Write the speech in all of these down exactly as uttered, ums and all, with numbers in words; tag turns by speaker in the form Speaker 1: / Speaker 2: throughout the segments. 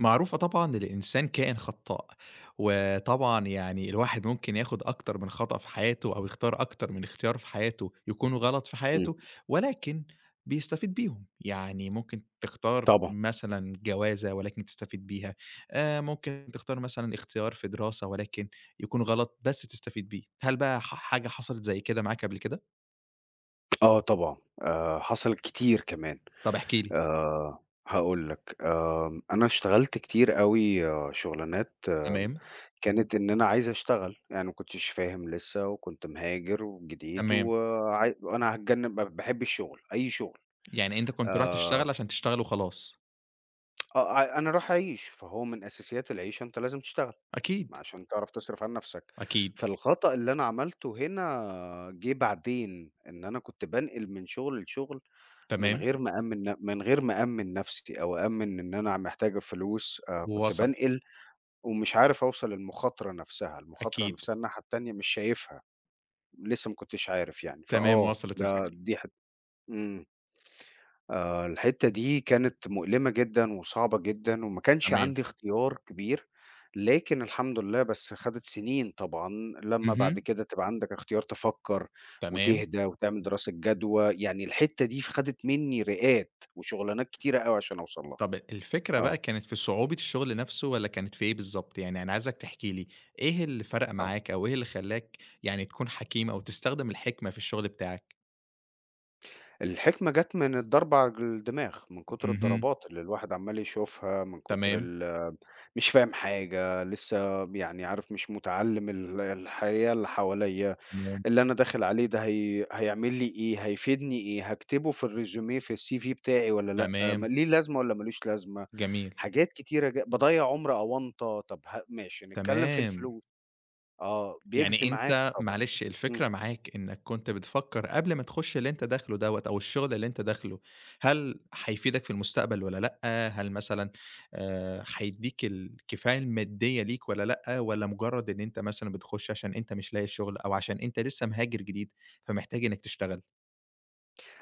Speaker 1: معروفة طبعًا إن الإنسان كائن خطّاء، وطبعًا يعني الواحد ممكن ياخد أكتر من خطأ في حياته أو يختار أكتر من اختيار في حياته يكونوا غلط في
Speaker 2: إمم،
Speaker 1: حياته، ولكن بيستفيد بيهم، يعني ممكن تختار
Speaker 2: طبعًا.
Speaker 1: مثلًا جوازة ولكن تستفيد بيها، آآ ممكن تختار مثلًا اختيار في دراسة ولكن يكون غلط بس تستفيد بيه، هل بقى ح حاجة حصلت زي كده معاك قبل كده؟
Speaker 2: آه طبعًا. آآ حصل كتير كمان.
Speaker 1: طب احكِ لي.
Speaker 2: آآ هاقول لك. آمم أنا اشتغلت كتير أوي آه، شُغلانات آمم،
Speaker 1: تمام،
Speaker 2: كانت إن أنا عايز أشتغل، يعني ما كنتش فاهم لسه وكنت مهاجر وجديد
Speaker 1: تمام،
Speaker 2: وعاي وأنا هاتجنّب ب باحب الشغل، أي شغل.
Speaker 1: يعني أنت كنت رايح
Speaker 2: آآ
Speaker 1: تشتغل عشان تشتغل وخلاص.
Speaker 2: آه ع أنا رايح أعيش، فهو من أساسيات العيشة أنت لازم تشتغل،
Speaker 1: أكيد،
Speaker 2: عشان تعرف تصرف عن نَفْسك.
Speaker 1: أكيد،
Speaker 2: فالخطأ اللي أنا عملته هنا جِه بعدين، إن أنا كنت بانقل من شغل لشغل من
Speaker 1: تمام.
Speaker 2: غير ما أأمِّن ن من غير ما أأمِّن نَفْسي أو أأمِّن إن أنا محتاج الفلوس. آآ كنت
Speaker 1: وصلت،
Speaker 2: بانقل ومش عارف أوصل للمخاطرة نَفْسها، المخاطرة
Speaker 1: أكيد.
Speaker 2: نَفْسها الناحية التانية مش شايفها، لسه ما كنتش عارف يعني،
Speaker 1: تمام،
Speaker 2: فآه،
Speaker 1: وصلت
Speaker 2: ده
Speaker 1: الفكرة.
Speaker 2: دي حت إمم. آآ الحتّة دي كانت مؤلمة جدًا وصعبة جدًا وما كانش
Speaker 1: تمام.
Speaker 2: عندي اختيار كبير. لكن الحمد لله بس خدت سنين طبعًا لمّا بعد
Speaker 1: اهم،
Speaker 2: كده تبقى عندك اختيار تفكّر
Speaker 1: تمام.
Speaker 2: وتهدى وتعمل دراسة جدوى، يعني الحتّة دي ف خدت منّي رئات وشغلانات كتيرة أوي عشان أوصل لها.
Speaker 1: طَب الفكرة بقى
Speaker 2: آه،
Speaker 1: كانت في صعوبة الشغل نَفْسه والّا كانت في إيه بالضبط؟ يعني أنا عايزك تحكي لي إيه اللي فرَق
Speaker 2: آه.
Speaker 1: معاك أو إيه اللي خلّاك يعني تكون حكيم أو تستخدم الحكمة في الشغل بتاعك؟
Speaker 2: الحكمة جات من الضربة على الدماغ، من كتر
Speaker 1: اهم،
Speaker 2: الضربات اللي الواحد عمّال يشوفها، من كتر
Speaker 1: تمام،
Speaker 2: ال مش فاهم حاجة، لسّه يعني عارف مش مُتعلِّم ال الحياة اللي حواليّا.
Speaker 1: تمام،
Speaker 2: اللي أنا داخل عليه ده هي هيعمل لي إيه، هيفيدني إيه، هاكتبه في الResume في الCV بتاعي والّا لأ، م
Speaker 1: تمام،
Speaker 2: ليه لازمة والّا مالوش لازمة،
Speaker 1: جميل،
Speaker 2: حاجات كتيرة ج باضيّع عُمر أونطة. طب ه ماشي نتكلم في
Speaker 1: تمام.
Speaker 2: الفلوس. آه، بيجزي
Speaker 1: يعني
Speaker 2: معاك
Speaker 1: أنت
Speaker 2: طبعًا.
Speaker 1: معلش
Speaker 2: إمم،
Speaker 1: الفكرة معاك إنك كنت بتفكّر قبل ما تخُش اللي أنت داخله دوّة أو الشغل اللي أنت داخله، هل هيفيدك في المستقبل والّا لأ؟ هل مثلًا آآ هيدّيك الكفاية المادية ليك والّا لأ؟ والّا مجرّد إن أنت مثلًا بتخُش عشان أنت مش لاقي شغل أو عشان أنت لسّه مهاجر جديد فمحتاج إنّك تشتغل؟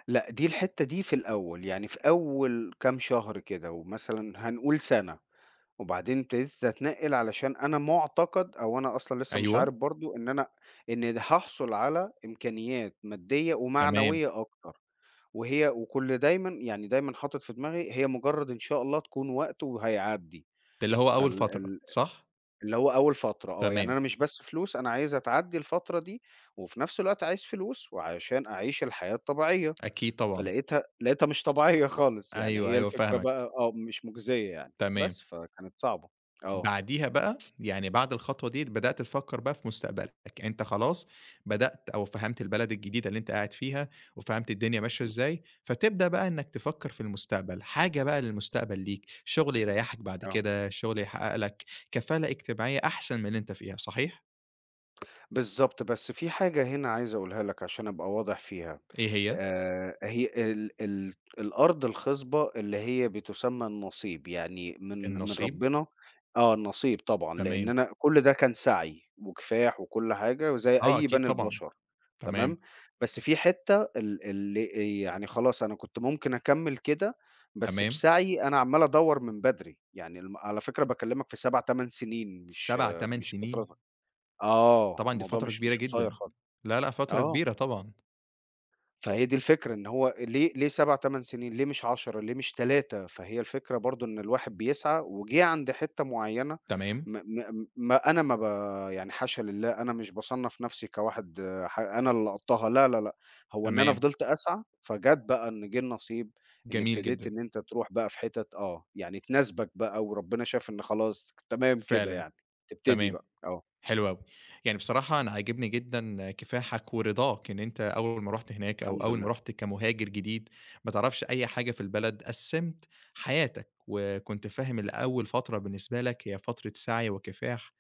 Speaker 2: لأ دي الحتّة دي في الأول، يعني في أول كام شهر كده ومثلًا هنقول سَنة، وبعدين ابتديت أتنقّل علشان أنا مُعتقد أو أنا أصلًا لسه مش
Speaker 1: أيوه،
Speaker 2: عارف برضه إن أنا إن هاحصل على إمكانيات مادية
Speaker 1: تمام،
Speaker 2: ومعنوية أكتر. وهي وكل دايمًا يعني دايمًا حاطط في دماغي هي مجرّد إن شاء الله تكون وقت وهيعدّي.
Speaker 1: ده اللي هو
Speaker 2: فال
Speaker 1: أول فترة
Speaker 2: ال
Speaker 1: صح؟
Speaker 2: اللي هو أول فترة آه، يعني
Speaker 1: تمام،
Speaker 2: أنا مش بس فلوس، أنا عايزها تعدّي الفترة دي، وفي نفس الوقت عايز فلوس وعشان أعيش الحياة الطبيعية.
Speaker 1: أكيد طبعًا،
Speaker 2: فلقيتها لقيتها مش طبيعية خالص، يعني
Speaker 1: أيوه،
Speaker 2: هي
Speaker 1: أيوه
Speaker 2: الفكرة بقى
Speaker 1: فاهمك،
Speaker 2: آه، مش مُجزية يعني،
Speaker 1: تمام.
Speaker 2: بس فكانت صعبة. آه.
Speaker 1: بعديها بقى، يعني بعد الخطوة ديّة بدأت تفكّر بقى في مستقبلك، يعني أنت خلاص بدأت أو فهمت البلد الجديدة اللي أنت قاعد فيها، وفهمت الدنيا ماشية
Speaker 2: إمم،
Speaker 1: إزاي، فتبدأ بقى إنك تفكّر في المستقبل، حاجة بقى للمستقبل ليك، شغل يريّحك بعد
Speaker 2: آه.
Speaker 1: كده، شغل يحقق لك كفالة اجتماعية أحسن من اللي أنت فيها، صحيح؟
Speaker 2: بالضبط. بس في حاجة هنا عايز أقولها لك عشان أبقى واضح فيها.
Speaker 1: إيه هي؟
Speaker 2: آآ هي ال ال الأرض الخصبة اللي هي بتسمّى النصيب، يعني من من
Speaker 1: النصيب،
Speaker 2: ربنا. آه، النصيب طبعًا، لإن
Speaker 1: تمام،
Speaker 2: أنا كل ده كان سعي وكفاح وكل حاجة وزي
Speaker 1: آه
Speaker 2: أي
Speaker 1: أكيد
Speaker 2: بني
Speaker 1: طبعًا،
Speaker 2: البشر. تمام.
Speaker 1: تمام،
Speaker 2: بس في حتّة ال اللي يعني خلاص أنا كنت ممكن أكمّل كده. بس
Speaker 1: تمام،
Speaker 2: بسعي أنا عمّال أدوّر من بدري، يعني الم على فكرة باكلّمك في سبعة، تمنية سنين مش
Speaker 1: سبعة،
Speaker 2: آه،
Speaker 1: تمانية
Speaker 2: مش
Speaker 1: سنين،
Speaker 2: فترة. آه،
Speaker 1: طبعًا دي
Speaker 2: الموضوع
Speaker 1: فترة
Speaker 2: مش
Speaker 1: كبيرة
Speaker 2: مش قصيّر
Speaker 1: جدًا،
Speaker 2: خالص.
Speaker 1: لا، لأ فترة
Speaker 2: آه،
Speaker 1: كبيرة طبعًا،
Speaker 2: فهي دي الفكرة إن هو ليه ليه سبعة، تمنية سنين، ليه مش عشرة، ليه مش تلاتة. فهي الفكرة برضه إن الواحد بيسعى وجِه عند حتّة معيّنة.
Speaker 1: تمام،
Speaker 2: م م ما أنا ما ب يعني حاشا لله أنا مش باصنّف نَفْسي كواحد آه، ح أنا اللي لقطتها لا، لا، لأ. هو إن أنا
Speaker 1: تمام،
Speaker 2: فضلت أسعى، فجات بقى إن جِه النصيب. إن
Speaker 1: جميل
Speaker 2: ابتديت
Speaker 1: جدًا.
Speaker 2: إن أنت تروح بقى في حتت آه، يعني تناسبك بقى وربنا شاف إن خلاص تمام كده
Speaker 1: فعلًا،
Speaker 2: يعني. تبتدي
Speaker 1: تمام،
Speaker 2: بقى، آه،
Speaker 1: حلو أوي. يعني بصراحة أنا عاجبني جدًا كفاحك ورضاك إن أنت أول ما رُحت هناك أو
Speaker 2: الحمد
Speaker 1: أول ما
Speaker 2: لله.
Speaker 1: رُحت كمهاجر جديد ما تعرفش أي حاجة في البلد، قسّمت حياتك وكنت فاهم إن أول فترة بالنسبة لك هي فترة سعي وكفاح.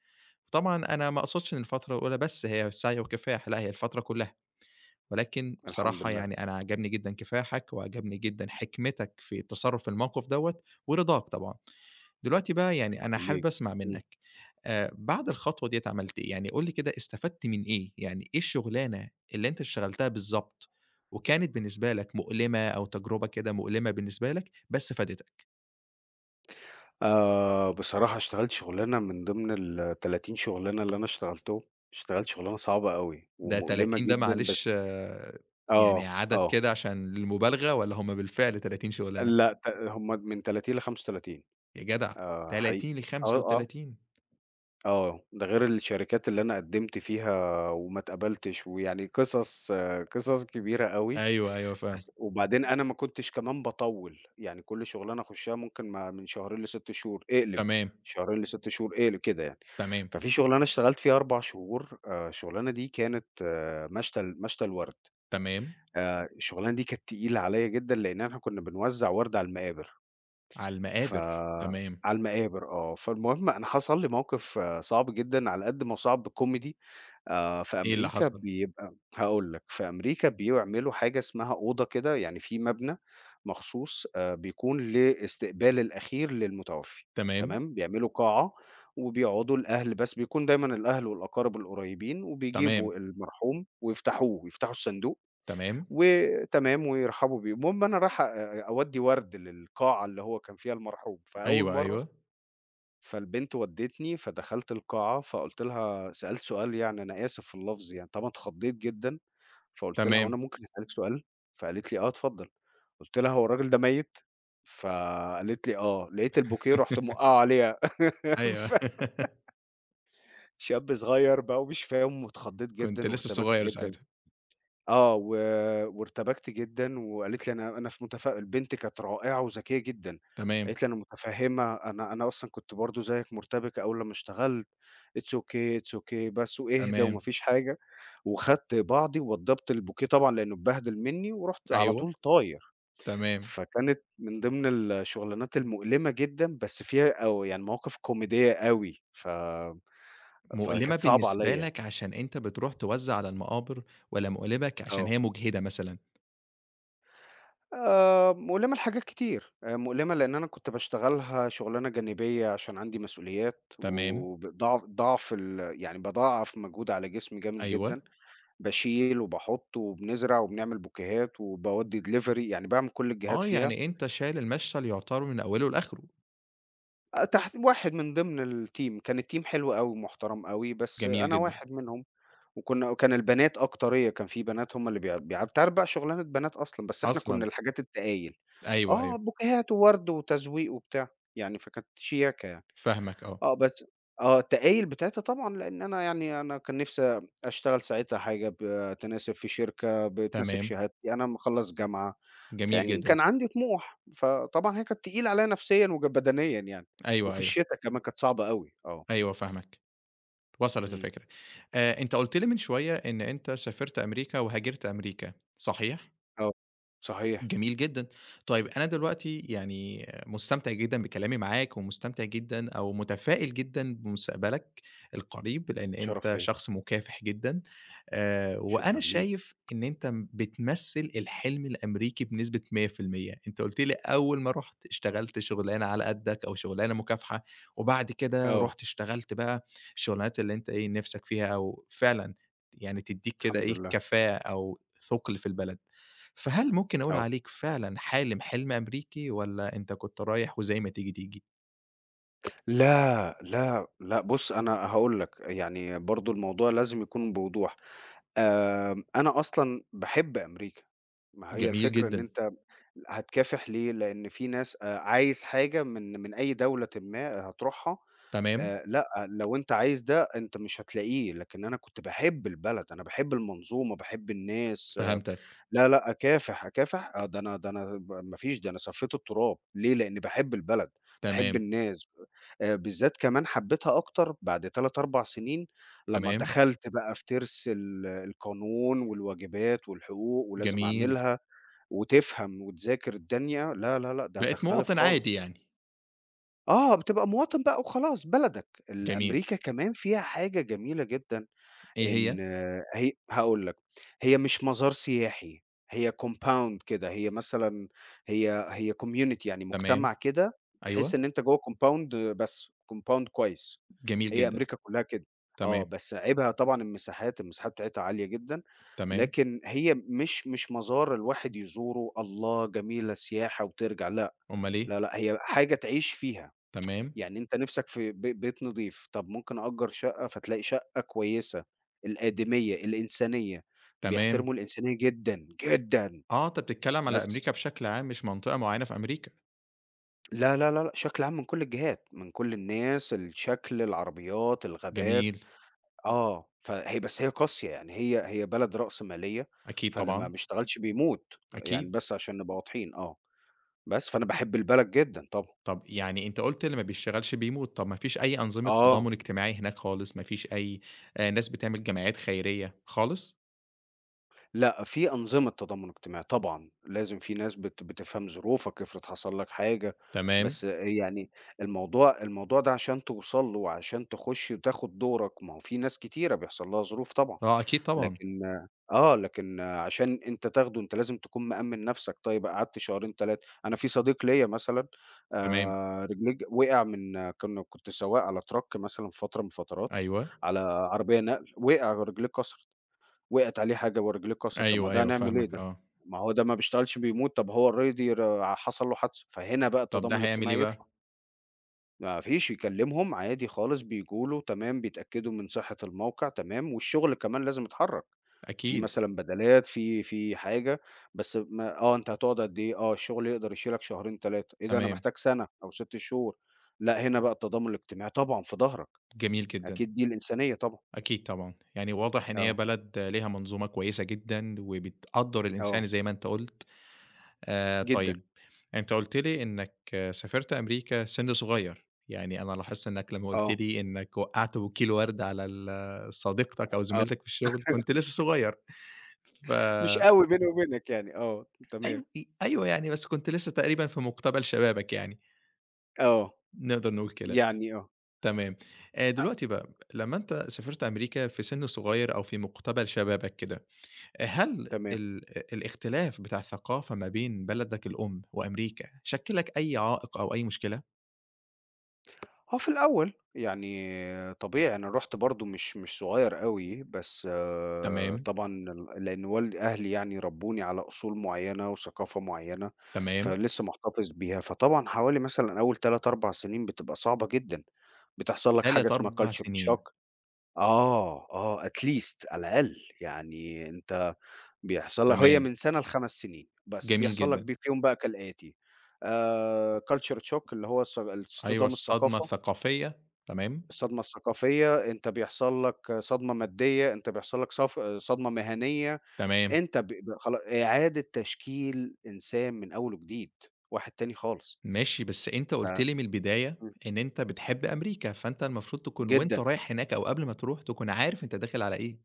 Speaker 1: طبعًا أنا ما أقصدش إن الفترة الأولى بس هي سعي وكفاح، لأ هي الفترة كلّها، ولكن
Speaker 2: الحمد
Speaker 1: بصراحة
Speaker 2: لله.
Speaker 1: يعني أنا عجبني جدًا كفاحك وعجبني جدًا حكمتك في التصرُّف في الموقف دوّة ورضاك طبعًا. دلوقتي بقى يعني أنا
Speaker 2: شكرًا
Speaker 1: حابب
Speaker 2: ليك.
Speaker 1: أسمع
Speaker 2: إمم.
Speaker 1: منّك، آآ بعد الخطوة ديّة عملت إيه؟ يعني قُل لي كده استفدت من إيه؟ يعني إيه الشغلانة اللي أنت اشتغلتها بالضبط، وكانت بالنسبة لك مؤلمة أو تجربة كده مؤلمة بالنسبة لك، بس فادتك؟
Speaker 2: آآ بصراحة اشتغلت شغلانة من ضمن التلاتين شغلانة اللي أنا اشتغلتهم. اشتغلت شغلانة صعبة أوي
Speaker 1: ده
Speaker 2: ومؤلمة
Speaker 1: تلاتين ده
Speaker 2: جدًا بس
Speaker 1: معلش آه، يعني
Speaker 2: آه.
Speaker 1: عدد
Speaker 2: آه.
Speaker 1: كده عشان للمبالغة والّا هم بالفعل تلاتين شغلانة؟
Speaker 2: لأ ت هم من تلاتين لخمسة وتلاتين.
Speaker 1: يا جدع
Speaker 2: آآ حقيقي.
Speaker 1: تلاتين
Speaker 2: آه، آه.
Speaker 1: ل35
Speaker 2: آه. ده غير الشركات اللي أنا قدّمت فيها وما اتقبلتش ويعني قصص آه، قصص كبيرة أوي.
Speaker 1: أيوه، أيوه فاهمك.
Speaker 2: وبعدين أنا ما كنتش كمان باطوّل، يعني كل شغلانة أخشها ممكن ما من شهرين لست شهور اقلب،
Speaker 1: تمام،
Speaker 2: شهرين ل6 شهور اقلب كده يعني.
Speaker 1: تمام،
Speaker 2: ففي شغلانة اشتغلت فيها أربع شهور. آآ الشغلانة دي كانت آه، مشتل مشتل ورد.
Speaker 1: تمام،
Speaker 2: آآ الشغلانة دي كانت تقيلة عليّا جدًا، لإن إحنا كنا بنوزّع ورد على المقابر.
Speaker 1: على
Speaker 2: ف
Speaker 1: المقابر، تمام.
Speaker 2: على المقابر آه، فالمهم أنا حصل لي موقف آه، صعب جدًا على قد ما هو صعب comedy. آآ، في
Speaker 1: إيه اللي
Speaker 2: أمريكا
Speaker 1: حصل؟
Speaker 2: بيبقى هاقول لك، في أمريكا بيعملوا حاجة اسمها أوضة كده، يعني في مبنى مخصوص. آآ، بيكون للاستقبال الأخير للمتوفي.
Speaker 1: تمام،
Speaker 2: تمام، بيعملوا قاعة وبيقعدوا الأهل بس، بيكون دايمًا الأهل والأقارب القريبين، وبيجيبوا
Speaker 1: تمام،
Speaker 2: المرحوم ويفتحوه، يفتحوا الصندوق
Speaker 1: تمام.
Speaker 2: وتمام ويرحبوا بيه. المهم أنا رايح أ أودّي ورد للقاعة اللي هو كان فيها المرحوب، فأول
Speaker 1: أيوه،
Speaker 2: مرّة.
Speaker 1: أيوه،
Speaker 2: فالبنت ودّتني، فدخلت القاعة، فقُلت لها سألت سؤال يعني أنا آسف في اللفظ يعني، طبعًا اتخضّيت جدًا. فقُلت لها: "هو أنا
Speaker 1: تمام.
Speaker 2: ممكن أسألِك سؤال؟" فقالت لي: "آه، اتفضّل." قُلت لها: "هو الراجل ده ميّت؟" فقالت لي: "آه." لقيت البوكيه رُحت موقّعه عليها.
Speaker 1: أيوه،
Speaker 2: فشاب صغير بقى ومش فاهم واتخضّيت
Speaker 1: كنت
Speaker 2: جدًا
Speaker 1: لسه
Speaker 2: وارتبكت
Speaker 1: صغير
Speaker 2: جدًا.
Speaker 1: ساعتها.
Speaker 2: آه، و وارتبكت جدًا وقالت لي: "أنا أنا ف متف" البنت كانت رائعة وذكية جدًا.
Speaker 1: تمام،
Speaker 2: قالت لي: "أنا متفهّمة، أنا أنا أصلًا كنت برضه زيك مرتبكة أول لمّا اشتغلت، it's okay، it's okay بس واهدى
Speaker 1: تمام،
Speaker 2: وما فيش حاجة." وخدت بعضي ووضّبت البوكيه طبعًا لإنه اتبهدل منّي ورُحت على
Speaker 1: أيوه،
Speaker 2: طول طاير.
Speaker 1: تمام.
Speaker 2: فكانت من ضمن الشغلانات المؤلمة جدًا بس فيها أو يعني مواقف كوميدية أوي. ف
Speaker 1: مؤلمة
Speaker 2: فكانت صعبة
Speaker 1: بالنسبة
Speaker 2: عليّا.
Speaker 1: لك عشان أنت بتروح توزّع على المقابر والّا مؤلمة ك عشان
Speaker 2: آه.
Speaker 1: هي مُجهدة مثلًا؟
Speaker 2: آآ، مؤلمة لحاجات كتير. آآ، مؤلمة لإن أنا كنت باشتغلها شغلانة جانبية عشان عندي مسؤوليات،
Speaker 1: تمام،
Speaker 2: وبضاع ضعف ال يعني باضاعف مجهود على جسمي جامد
Speaker 1: أيوه.
Speaker 2: جدًا. باشيل وباحط وبنزرع وبنعمل بوكيهات وباودّي delivery يعني باعمل كل الجهات
Speaker 1: آه،
Speaker 2: فيها.
Speaker 1: يعني أنت شايل المشهد يُعتبر من أوله لآخره.
Speaker 2: أ تحت واحد من ضمن الteam، كان الteam حلو أوي ومحترم أوي، بس
Speaker 1: جميل
Speaker 2: أنا
Speaker 1: جدًا.
Speaker 2: واحد منهم. وكنا وكان البنات أكتر، هي كان في بنات هم اللي بيع بيع بتعرف بقى شغلانة بنات أصلًا، بس إحنا كنا
Speaker 1: أصلًا.
Speaker 2: الحاجات التقايل.
Speaker 1: أيوه،
Speaker 2: آه،
Speaker 1: أيوه،
Speaker 2: بوكيهات وورد وتزويق وبتاع، يعني فكانت شياكة يعني.
Speaker 1: فاهمك آه.
Speaker 2: آه، بس آه، التقايل بتاعتها طبعًا لإن أنا يعني أنا كان نِفْسي أشتغل ساعتها حاجة بتناسب في شركة، بتناسب
Speaker 1: تمام،
Speaker 2: شهادتي، أنا مخلّص جامعة.
Speaker 1: جميل
Speaker 2: فيعني
Speaker 1: جدًا.
Speaker 2: كان عندي طموح، فطبعًا هي كانت تقيلة عليّا نفسيًا وج بدنيًا يعني.
Speaker 1: أيوه،
Speaker 2: وفي
Speaker 1: أيوه،
Speaker 2: الشتا كمان كانت صعبة أوي. آه.
Speaker 1: أيوه فاهمك. وصلت
Speaker 2: إمم،
Speaker 1: الفكرة. آآ أنت قُلت لي من شوية إن أنت سافرت أمريكا وهاجرت أمريكا، صحيح؟
Speaker 2: آه، صحيح.
Speaker 1: جميل جدًا. طيب أنا دلوقتي يعني مستمتع جدًا بكلامي معاك، ومستمتع جدًا أو متفائل جدًا بمستقبلك القريب، لإن
Speaker 2: شرف
Speaker 1: أنت
Speaker 2: ليّا،
Speaker 1: شخص مكافح جدًا، آآ وأنا
Speaker 2: شكرًا ليك.
Speaker 1: شايف إن أنت م بتمثّل الحلم الأمريكي بنسبة مية في المية. أنت قُلت لي أول ما رُحت اشتغلت شغلانة على قدّك أو شغلانة مكافحة، وبعد كده
Speaker 2: آه،
Speaker 1: رُحت اشتغلت بقى الشغلانات اللي أنت إيه، نِفْسك فيها أو فعلًا يعني تدّيك كده
Speaker 2: الحمد
Speaker 1: إيه،
Speaker 2: لله.
Speaker 1: كفاءة أو ثُقل في البلد. فهل ممكن أقول
Speaker 2: آه.
Speaker 1: عليك فعلًا حالم حلم أمريكي والّا أنت كنت رايح وزي ما تيجي، تيجي؟
Speaker 2: لا، لا، لأ، بُص أنا هاقول لك، يعني برضه الموضوع لازم يكون بوضوح. آمم، أنا أصلًا باحب أمريكا. ما هي
Speaker 1: جميل
Speaker 2: الفكرة إن
Speaker 1: جدًا،
Speaker 2: أنت هتكافح ليه؟ لإن في ناس آآ، عايز حاجة من من أي دولةٍ ما هتروحها.
Speaker 1: تمام،
Speaker 2: آآ لأ، لو أنت عايز ده أنت مش هتلاقيه، لكن أنا كنت باحب البلد، أنا باحب المنظومة، باحب الناس. آه،
Speaker 1: فهمتك،
Speaker 2: لا، لأ، أكافح، أكافح آه، ده أنا ده أنا ب ما فيش، ده أنا صفيت التراب. ليه؟ لإني باحب البلد، باحب
Speaker 1: تمام،
Speaker 2: الناس. آآ بالذات كمان حبيتها أكتر بعد تلاتة، أربع سنين لمّا
Speaker 1: تمام،
Speaker 2: دخلت بقى في تِرْس ال القانون والواجبات والحقوق ولازم
Speaker 1: جميل،
Speaker 2: أعملها وتفهم وتذاكر الدنيا. لا، لا، لأ، ده
Speaker 1: بقيت
Speaker 2: هتختلف
Speaker 1: مواطن عادي
Speaker 2: خالص.
Speaker 1: يعني،
Speaker 2: آه، بتبقى مواطن بقى وخلاص بلدك. ال
Speaker 1: جميل،
Speaker 2: أمريكا كمان فيها حاجة جميلة جدًا.
Speaker 1: إيه
Speaker 2: إن
Speaker 1: هي؟
Speaker 2: آه، هي هاقول لك، هي مش مزار سياحي، هي compound كده. هي مثلًا هي هي community يعني
Speaker 1: تمام،
Speaker 2: مجتمع كده.
Speaker 1: أيوه،
Speaker 2: تحس إن أنت جوّه compound بس، compound كويس.
Speaker 1: جميل
Speaker 2: هي
Speaker 1: جدًا،
Speaker 2: أمريكا كلّها كده. آه،
Speaker 1: تمام،
Speaker 2: بس عيبها طبعًا المساحات، المساحات بتاعتها عالية جدًا.
Speaker 1: تمام،
Speaker 2: لكن هي مش مش مزار الواحد يزوره، الله جميلة سياحة وترجع. لأ،
Speaker 1: أمال إيه؟
Speaker 2: لأ، لأ، هي حاجة تعيش فيها.
Speaker 1: تمام،
Speaker 2: يعني أنت نِفْسك في ب بيت نضيف، طَب ممكن أأجّر شقة فتلاقي شقة كويسة. الآدمية، الإنسانية،
Speaker 1: تمام،
Speaker 2: بيحترموا الإنسانية جدًا، جدًا.
Speaker 1: آه، أنت بتتكلم على
Speaker 2: بس
Speaker 1: أمريكا بشكل عام مش منطقة معينة في أمريكا،
Speaker 2: لا، لا، لا، لأ، بشكل عام من كل الجهات، من كل الناس، الشكل، العربيات، الغابات.
Speaker 1: جميل،
Speaker 2: آه، فهي بس هي قاسية، يعني هي هي بلد رأسمالية.
Speaker 1: أكيد
Speaker 2: فاللي ما
Speaker 1: طبعًا،
Speaker 2: بيشتغلش بيموت، يعني
Speaker 1: أكيد.
Speaker 2: بس عشان نبقى واضحين. آه، بس فأنا باحب البلد جدًا طبعًا.
Speaker 1: طب يعني أنت قُلت اللي ما بيشتغلش بيموت، طب ما فيش أي أنظمة
Speaker 2: آه.
Speaker 1: تضامن اجتماعي هناك خالص، ما فيش أي آآ ناس بتعمل جمعيات خيرية خالص؟
Speaker 2: لأ، في أنظمة تضامن اجتماعي طبعًا، لازم في ناس بت بتفهم ظروفك، افرض حصل لك حاجة.
Speaker 1: تمام،
Speaker 2: بس يعني الموضوع الموضوع ده عشان توصل له وعشان تخش وتاخد دورك، ما هو في ناس كتيرة بيحصل لها ظروف طبعًا.
Speaker 1: آه أكيد طبعًا،
Speaker 2: لكن آه، لكن عشان أنت تاخده أنت لازم تكون مأمِّن نفسك. طيب قعدت شهرين تلاتة. أنا في صديق ليّا مثلًا
Speaker 1: تمام،
Speaker 2: آآ، رجليه ج وقع من كنا كنت سواق على truck مثلًا في فترة من الفترات،
Speaker 1: أيوه،
Speaker 2: على عربية نقل، وقع رجليه اتكسرت. وقعت عليه حاجة ورجليه اتكسرت، طب ما
Speaker 1: أيوه،
Speaker 2: ده
Speaker 1: أيوه
Speaker 2: هنعمل إيه
Speaker 1: فاهمك
Speaker 2: ده؟
Speaker 1: آه،
Speaker 2: ما هو ده ما بيشتغلش بيموت، طب هو already ر حصل له حادثة، فهنا بقى
Speaker 1: طب ده
Speaker 2: التضامن
Speaker 1: هيعمل إيه
Speaker 2: الاجتماعي
Speaker 1: بقى؟
Speaker 2: يطلع. ما فيش يكلمهم عادي خالص بييجوا له تمام، بيتأكدوا من صحة الموقع تمام، والشغل كمان لازم يتحرك. في
Speaker 1: أكيد،
Speaker 2: مثلًا بدلات في في حاجة. بس ما آه أنت هتقعد قد إيه؟ آه الشغل يقدر يشيلك شهرين تلاتة إيه ده أنا
Speaker 1: تمام،
Speaker 2: محتاج سنة أو ست شهور. لأ هنا بقى التضامن الاجتماعي طبعًا في ضهرك.
Speaker 1: جميل جدًا،
Speaker 2: أكيد دي الإنسانية طبعًا.
Speaker 1: أكيد طبعًا، يعني واضح إن هي
Speaker 2: آه،
Speaker 1: بلد ليها منظومة كويسة جدًا وبتقدّر
Speaker 2: آه،
Speaker 1: الإنسان زي ما أنت قُلت. آآ
Speaker 2: جدًا.
Speaker 1: طيب، أنت قُلت لي إنّك سافرت أمريكا سِن صغير، يعني أنا لاحظت إنّك لمّا قُلت
Speaker 2: آه،
Speaker 1: لي إنّك وقّعت بوكيل وَرْد على ال صديقتك أو
Speaker 2: آه.
Speaker 1: زميلتك في الشغل، كنت لسه صغير، ف
Speaker 2: مش أوي بيني وبينك يعني. آه، تمام.
Speaker 1: أيو أ أيوه يعني، بس كنت لسه تقريبًا في مُقتبل شبابك يعني،
Speaker 2: آه،
Speaker 1: نقدر نقول كده،
Speaker 2: يعني آه،
Speaker 1: تمام. آآ دلوقتي بقى، لمّا أنت سافرت أمريكا في سِن صغير أو في مُقتبل شبابك كده، هل
Speaker 2: تمام.
Speaker 1: ال الاختلاف بتاع الثقافة ما بين بلدك الأم وأمريكا شكّل لك أي عائق أو أي مشكلة؟
Speaker 2: آه، في الأول يعني طبيعي أنا رُحت برضه مش مش صغير أوي، بس آه،
Speaker 1: تمام،
Speaker 2: طبعًا ال لإن والد أهلي يعني ربّوني على أصول معيّنة وثقافة معيّنة،
Speaker 1: تمام،
Speaker 2: فلسه محتفظ بيها. فطبعًا حوالي مثلًا أول تلاتة، أربع سنين بتبقى صعبة جدًا، بتحصل لك حاجة
Speaker 1: تلاتة،
Speaker 2: اسمها
Speaker 1: أربعة
Speaker 2: culture
Speaker 1: سنين،
Speaker 2: shock. آه، آه at least، على الأقل. يعني أنت بيحصل لك هي
Speaker 1: تمام،
Speaker 2: من سنة لخمس سنين، بس
Speaker 1: جميل
Speaker 2: بيحصل لك
Speaker 1: جدًا،
Speaker 2: بيه فيهم بقى كالآتي: آآ culture shock اللي هو الص
Speaker 1: أيوه
Speaker 2: الاصطدام
Speaker 1: الصدمة
Speaker 2: الثقافة،
Speaker 1: الثقافية، تمام،
Speaker 2: الصدمة الثقافية. أنت بيحصل لك صدمة مادية، أنت بيحصل لك صف صدمة مهنية.
Speaker 1: تمام،
Speaker 2: أنت ب ب خلا إعادة تشكيل إنسان من أول وجديد، واحد تاني خالص.
Speaker 1: ماشي، بس أنت
Speaker 2: ف
Speaker 1: قُلت لي من البداية
Speaker 2: إمم،
Speaker 1: إن أنت بتحب أمريكا، فأنت المفروض تكون وأنت
Speaker 2: جدًا.
Speaker 1: رايح هناك أو قبل ما تروح تكون عارف أنت داخل على إيه،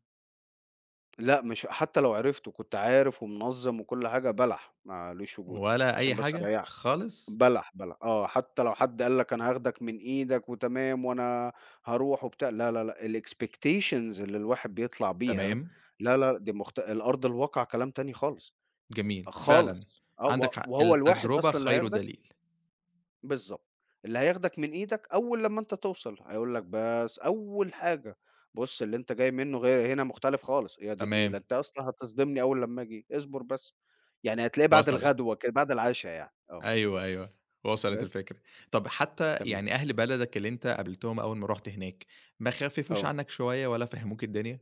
Speaker 2: لأ مش حتى لو عرفت وكنت عارف ومنظم وكل حاجة بلح، ما لوش وجود.
Speaker 1: ولا أي
Speaker 2: عشان بس
Speaker 1: حاجة
Speaker 2: أريحك.
Speaker 1: خالص؟
Speaker 2: بلح، بلح، آه، حتى لو حد قال لك أنا هاخدك من إيدك وتمام وأنا هاروح وبتاع، لا، لا، لأ، الexpectations اللي الواحد بيطلع بيها،
Speaker 1: تمام،
Speaker 2: لا، لا، دي مخت الأرض الواقع كلام تاني خالص،
Speaker 1: جميل، فعلًا
Speaker 2: خالص. آه، و
Speaker 1: عندك حق،
Speaker 2: وهو الواحد
Speaker 1: التجربة
Speaker 2: أصلًا اللي
Speaker 1: خير
Speaker 2: هياخدك.
Speaker 1: دليل،
Speaker 2: بالضبط، اللي هياخدك من إيدك أول لمّا أنت توصل، هيقول لك بس أول حاجة، بُص اللي أنت جاي منه غير هنا مختلف خالص، يا دي
Speaker 1: تمام،
Speaker 2: النيلة أنت أصلًا هتصدمني أول لمّا آجي، اصبر بس. يعني هتلاقيه بعد
Speaker 1: وصلت.
Speaker 2: الغدوة كده، بعد العشا يعني، آه.
Speaker 1: أيوه، أيوه، وصلت
Speaker 2: بس.
Speaker 1: الفكرة. طب حتى
Speaker 2: تمام.
Speaker 1: يعني أهل بلدك اللي أنت قابلتهم أول ما رُحت هناك، ما خففوش
Speaker 2: آه.
Speaker 1: عنك شوية والّا فهّموك الدنيا؟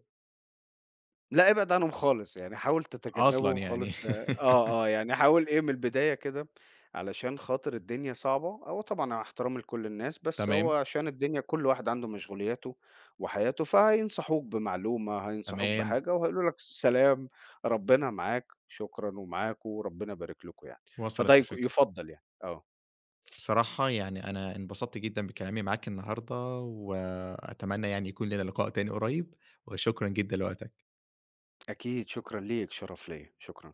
Speaker 2: لأ، ابعد عنهم خالص، يعني حاول
Speaker 1: أصلًا
Speaker 2: تتجنبهم
Speaker 1: يعني.
Speaker 2: خالص آه، آه، يعني حاول إيه من البداية كده علشان خاطر الدنيا صعبة. هو طبعًا مع احترامي لكل الناس، بس هو
Speaker 1: تمام،
Speaker 2: عشان الدنيا كل واحد عنده مشغولياته وحياته، فهينصحوك بمعلومة، هينصحوك
Speaker 1: تمام،
Speaker 2: بحاجة وهيقولوا لك سلام، ربنا معاك، شكرًا ومعاكم وربنا يبارك لكم يعني.
Speaker 1: وصلت
Speaker 2: فده يك
Speaker 1: الفكرة.
Speaker 2: يُفضّل يعني، آه،
Speaker 1: بصراحة يعني أنا انبسطت جدًا بكلامي معاك النهارده، وأتمنى يعني يكون لينا لقاء تاني قريب، وشكرًا جدًا لوقتك.
Speaker 2: أكيد شكرًا ليك، شرف ليّا، شكرًا.